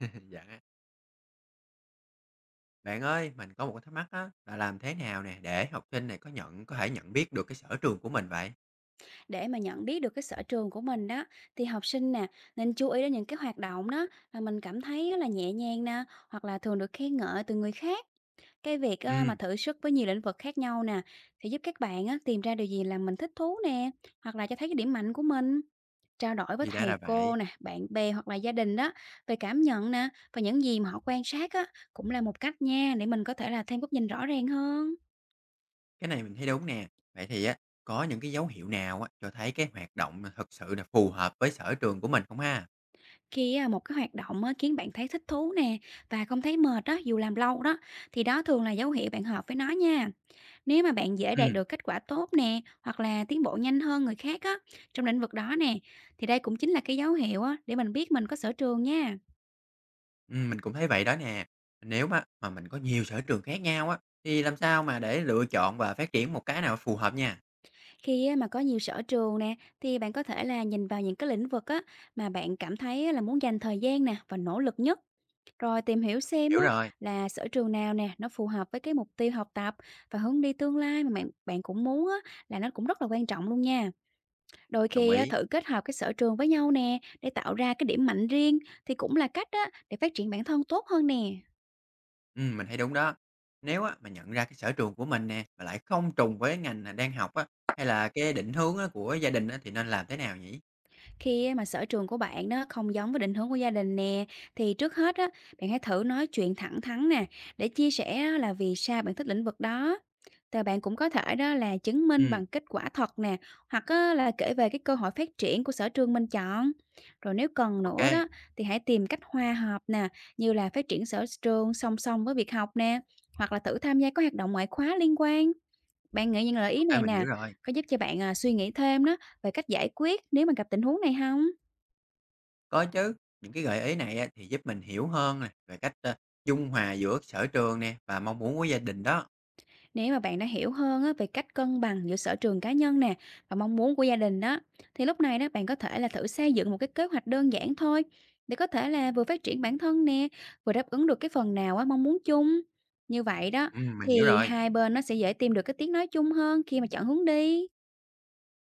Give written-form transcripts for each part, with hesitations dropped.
Dạ. Bạn ơi, mình có một cái thắc mắc á, là làm thế nào nè để học sinh này có thể nhận biết được cái sở trường của mình vậy? Để mà nhận biết được cái sở trường của mình đó thì học sinh nè nên chú ý đến những cái hoạt động đó mà mình cảm thấy á là nhẹ nhàng nè, hoặc là thường được khen ngợi từ người khác. Cái việc á, mà Ừ thử sức với nhiều lĩnh vực khác nhau nè thì giúp các bạn á, tìm ra điều gì làm mình thích thú nè, hoặc là cho thấy cái điểm mạnh của mình. Trao đổi với thì đã là thầy vậy. cô nè, bạn bè hoặc là gia đình đó về cảm nhận nè và những gì mà họ quan sát á, cũng là một cách nha để mình có thể là thêm góc nhìn rõ ràng hơn. Cái này mình thấy đúng nè. Vậy thì á, có những cái dấu hiệu nào á, cho thấy cái hoạt động mà thực sự là phù hợp với sở trường của mình không ha? Khi á, một cái hoạt động á, khiến bạn thấy thích thú nè và không thấy mệt đó dù làm lâu đó, thì đó thường là dấu hiệu bạn hợp với nó nha. Nếu mà bạn dễ đạt Ừ, được kết quả tốt nè, hoặc là tiến bộ nhanh hơn người khác á, trong lĩnh vực đó nè, thì đây cũng chính là cái dấu hiệu á để mình biết mình có sở trường nha. Mình cũng thấy vậy đó nè. Nếu mà mình có nhiều sở trường khác nhau á, thì làm sao mà để lựa chọn và phát triển một cái nào phù hợp nha? Khi á, mà có nhiều sở trường nè thì bạn có thể là nhìn vào những cái lĩnh vực á mà bạn cảm thấy á, là muốn dành thời gian nè và nỗ lực nhất. Rồi tìm hiểu xem Hiểu á rồi, là sở trường nào nè, nó phù hợp với cái mục tiêu học tập và hướng đi tương lai mà bạn bạn cũng muốn á, là nó cũng rất là quan trọng luôn nha. Đôi đồng khi á, ý. thử kết hợp cái sở trường với nhau nè để tạo ra cái điểm mạnh riêng thì cũng là cách á để phát triển bản thân tốt hơn nè. Mình thấy đúng đó. Nếu á mà nhận ra cái sở trường của mình nè, mà lại không trùng với ngành, đang học á, hay là cái định hướng á của gia đình á, thì nên làm thế nào nhỉ? Khi á mà sở trường của bạn đó không giống với định hướng của gia đình nè, thì trước hết á, bạn hãy thử nói chuyện thẳng thắn nè, để chia sẻ á là vì sao bạn thích lĩnh vực đó. Rồi bạn cũng có thể đó là chứng minh Ừ, bằng kết quả thật nè, hoặc á là kể về cái cơ hội phát triển của sở trường mình chọn. Rồi nếu cần ok nữa ok, đó, thì hãy tìm cách hòa hợp nè, như là phát triển sở trường song song với việc học nè, hoặc là thử tham gia các hoạt động ngoại khóa liên quan. Bạn nghĩ những lời ý này mình hiểu nè, rồi. có giúp cho bạn, à, suy nghĩ thêm đó về cách giải quyết nếu mà gặp tình huống này không Có chứ, những cái gợi ý này á, thì giúp mình hiểu hơn nè, về cách, dung hòa giữa sở trường nè và mong muốn của gia đình đó. Nếu mà bạn đã hiểu hơn á về cách cân bằng giữa sở trường cá nhân nè và mong muốn của gia đình đó, thì lúc này đó bạn có thể là thử xây dựng một cái kế hoạch đơn giản thôi để có thể là vừa phát triển bản thân nè, vừa đáp ứng được cái phần nào á mong muốn chung. Như vậy đó, Mình hiểu thì rồi, hai bên nó sẽ dễ tìm được cái tiếng nói chung hơn khi mà chọn hướng đi.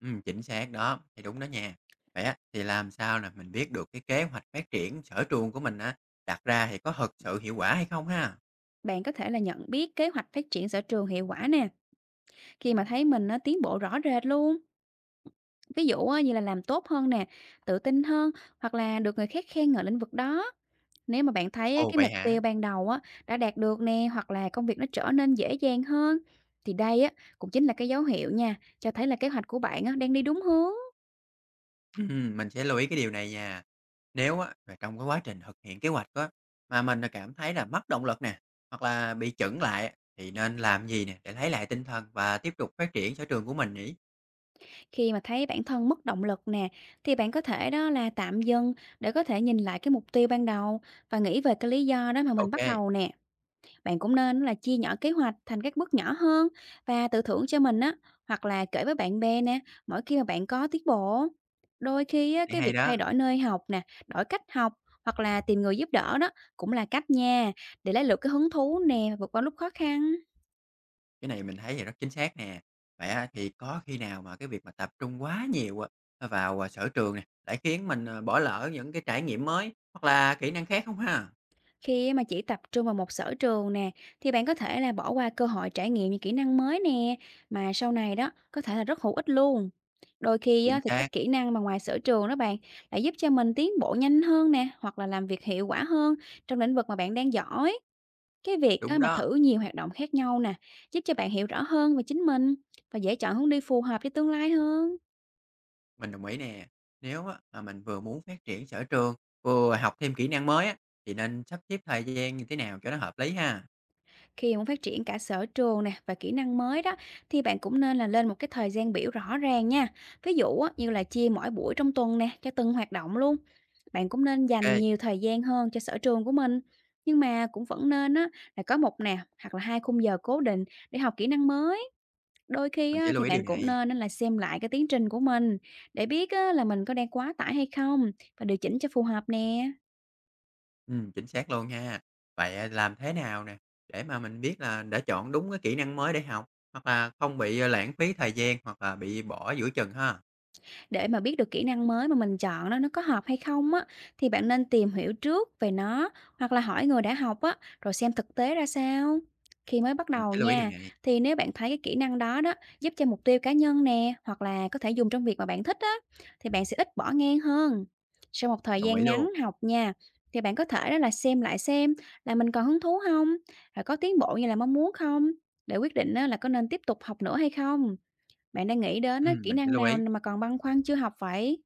chính xác đó, thì đúng đó nha. Vậy á, thì làm sao nè mình biết được cái kế hoạch phát triển sở trường của mình á, đặt ra thì có thực sự hiệu quả hay không ha? Bạn có thể là nhận biết kế hoạch phát triển sở trường hiệu quả nè, khi mà thấy mình nó tiến bộ rõ rệt luôn. Ví dụ á, như là làm tốt hơn nè, tự tin hơn hoặc là được người khác khen ngợi lĩnh vực đó. Nếu mà bạn thấy á, Ồ, cái vậy mục hả? tiêu ban đầu á, đã đạt được nè hoặc là công việc nó trở nên dễ dàng hơn thì đây á, cũng chính là cái dấu hiệu nha cho thấy là kế hoạch của bạn á, đang đi đúng hướng. Mình sẽ lưu ý cái điều này nha. Nếu á mà trong cái quá trình thực hiện kế hoạch á, mà mình, cảm thấy là mất động lực nè, hoặc là bị chững lại á, thì nên làm gì nè để lấy lại tinh thần và tiếp tục phát triển sở trường của mình nhỉ? Khi mà thấy bản thân mất động lực nè thì bạn có thể đó là tạm dừng để có thể nhìn lại cái mục tiêu ban đầu và nghĩ về cái lý do đó mà mình Ok bắt kê, đầu nè. Bạn cũng nên là chia nhỏ kế hoạch thành các bước nhỏ hơn và tự thưởng cho mình á, hoặc là kể với bạn bè nè, mỗi khi mà bạn có tiến bộ. Đôi khi á, này cái hay việc đó, thay đổi nơi học nè, đổi cách học hoặc là tìm người giúp đỡ đó cũng là cách nha để lấy được cái hứng thú nè và vượt qua lúc khó khăn. cái này mình thấy thì rất chính xác nè. Vậy á thì có khi nào mà cái việc mà tập trung quá nhiều, vào, sở trường nè, lại khiến mình, bỏ lỡ những cái trải nghiệm mới, hoặc là kỹ năng khác không ha? Khi mà chỉ tập trung vào một sở trường nè, thì bạn có thể là bỏ qua cơ hội trải nghiệm những kỹ năng mới nè, mà sau này đó có thể là rất hữu ích luôn. Đôi khi Chính á, thì các xác, kỹ năng mà ngoài sở trường đó bạn lại giúp cho mình tiến bộ nhanh hơn nè, hoặc là làm việc hiệu quả hơn trong lĩnh vực mà bạn đang giỏi. Cái việc á, đúng mà đó. thử nhiều hoạt động khác nhau nè, giúp cho bạn hiểu rõ hơn về chính mình và dễ chọn hướng đi phù hợp cho tương lai hơn. Mình đồng ý nè. Nếu á mà mình vừa muốn phát triển sở trường, vừa học thêm kỹ năng mới á, thì nên sắp xếp thời gian như thế nào cho nó hợp lý ha? Khi muốn phát triển cả sở trường nè và kỹ năng mới đó thì bạn cũng nên là lên một cái thời gian biểu rõ ràng nha. Ví dụ á, như là chia mỗi buổi trong tuần nè cho từng hoạt động luôn. Bạn cũng nên dành OK, nhiều thời gian hơn cho sở trường của mình. Nhưng mà cũng vẫn nên á, là có một nè hoặc là hai khung giờ cố định để học kỹ năng mới. Đôi khi mình á, sẽ lưu thì ý điều bạn cũng này. nên á là xem lại cái tiến trình của mình để biết á, là mình có đang quá tải hay không và điều chỉnh cho phù hợp nè. Chính xác luôn ha. Vậy á, làm thế nào nè, để mà mình biết là đã chọn đúng cái kỹ năng mới để học, hoặc là không bị, lãng phí thời gian, hoặc là bị bỏ giữa chừng ha? Để mà biết được kỹ năng mới mà mình chọn đó nó có hợp hay không á, thì bạn nên tìm hiểu trước về nó hoặc là hỏi người đã học á, rồi xem thực tế ra sao. Khi mới bắt Mình đầu sẽ lưu ý điều nha, này. thì nếu bạn thấy cái kỹ năng đó đó giúp cho mục tiêu cá nhân nè, hoặc là có thể dùng trong việc mà bạn thích á, thì bạn sẽ ít bỏ ngang hơn. Sau một thời Đồng ý gian luôn. ngắn học nha, thì bạn có thể đó là xem lại xem là mình còn hứng thú không, rồi có tiến bộ như là mong muốn không, để quyết định á, là có nên tiếp tục học nữa hay không. Bạn đang nghĩ đến á, kỹ Mình sẽ năng lưu nào ý. mà còn băn khoăn chưa học vậy?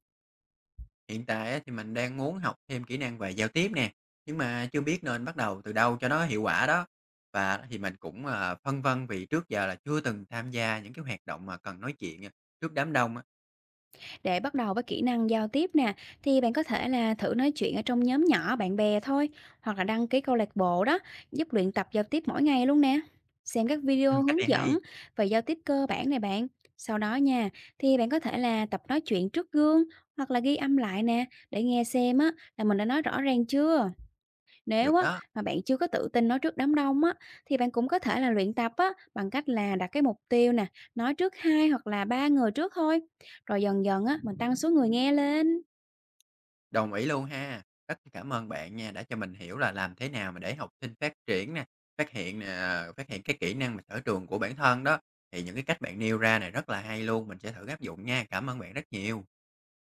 Hiện tại á, thì mình đang muốn học thêm kỹ năng về giao tiếp nè, nhưng mà chưa biết nên bắt đầu từ đâu cho nó hiệu quả đó. Và thì mình cũng, phân vân vì trước giờ là chưa từng tham gia những cái hoạt động mà cần nói chuyện, trước đám đông á. Để bắt đầu với kỹ năng giao tiếp nè, thì bạn có thể là thử nói chuyện ở trong nhóm nhỏ bạn bè thôi, hoặc là đăng ký câu lạc bộ đó, giúp luyện tập giao tiếp mỗi ngày luôn nè. Xem các video Cách hướng này hay, dẫn về giao tiếp cơ bản này bạn. Sau đó nha, thì bạn có thể là tập nói chuyện trước gương, hoặc là ghi âm lại nè, để nghe xem á là mình đã nói rõ ràng chưa. Nếu được á đó, mà bạn chưa có tự tin nói trước đám đông á, thì bạn cũng có thể là luyện tập á bằng cách là đặt cái mục tiêu nè, nói trước hai hoặc là ba người trước thôi, rồi dần dần á mình tăng số người nghe lên. đồng ý luôn ha. Rất cảm ơn bạn nha, đã cho mình hiểu là làm thế nào mà để học sinh phát triển nè, phát hiện nè, phát hiện cái kỹ năng mà sở trường của bản thân đó. Thì những cái cách bạn nêu ra này rất là hay luôn, mình sẽ thử áp dụng nha. Cảm ơn bạn rất nhiều.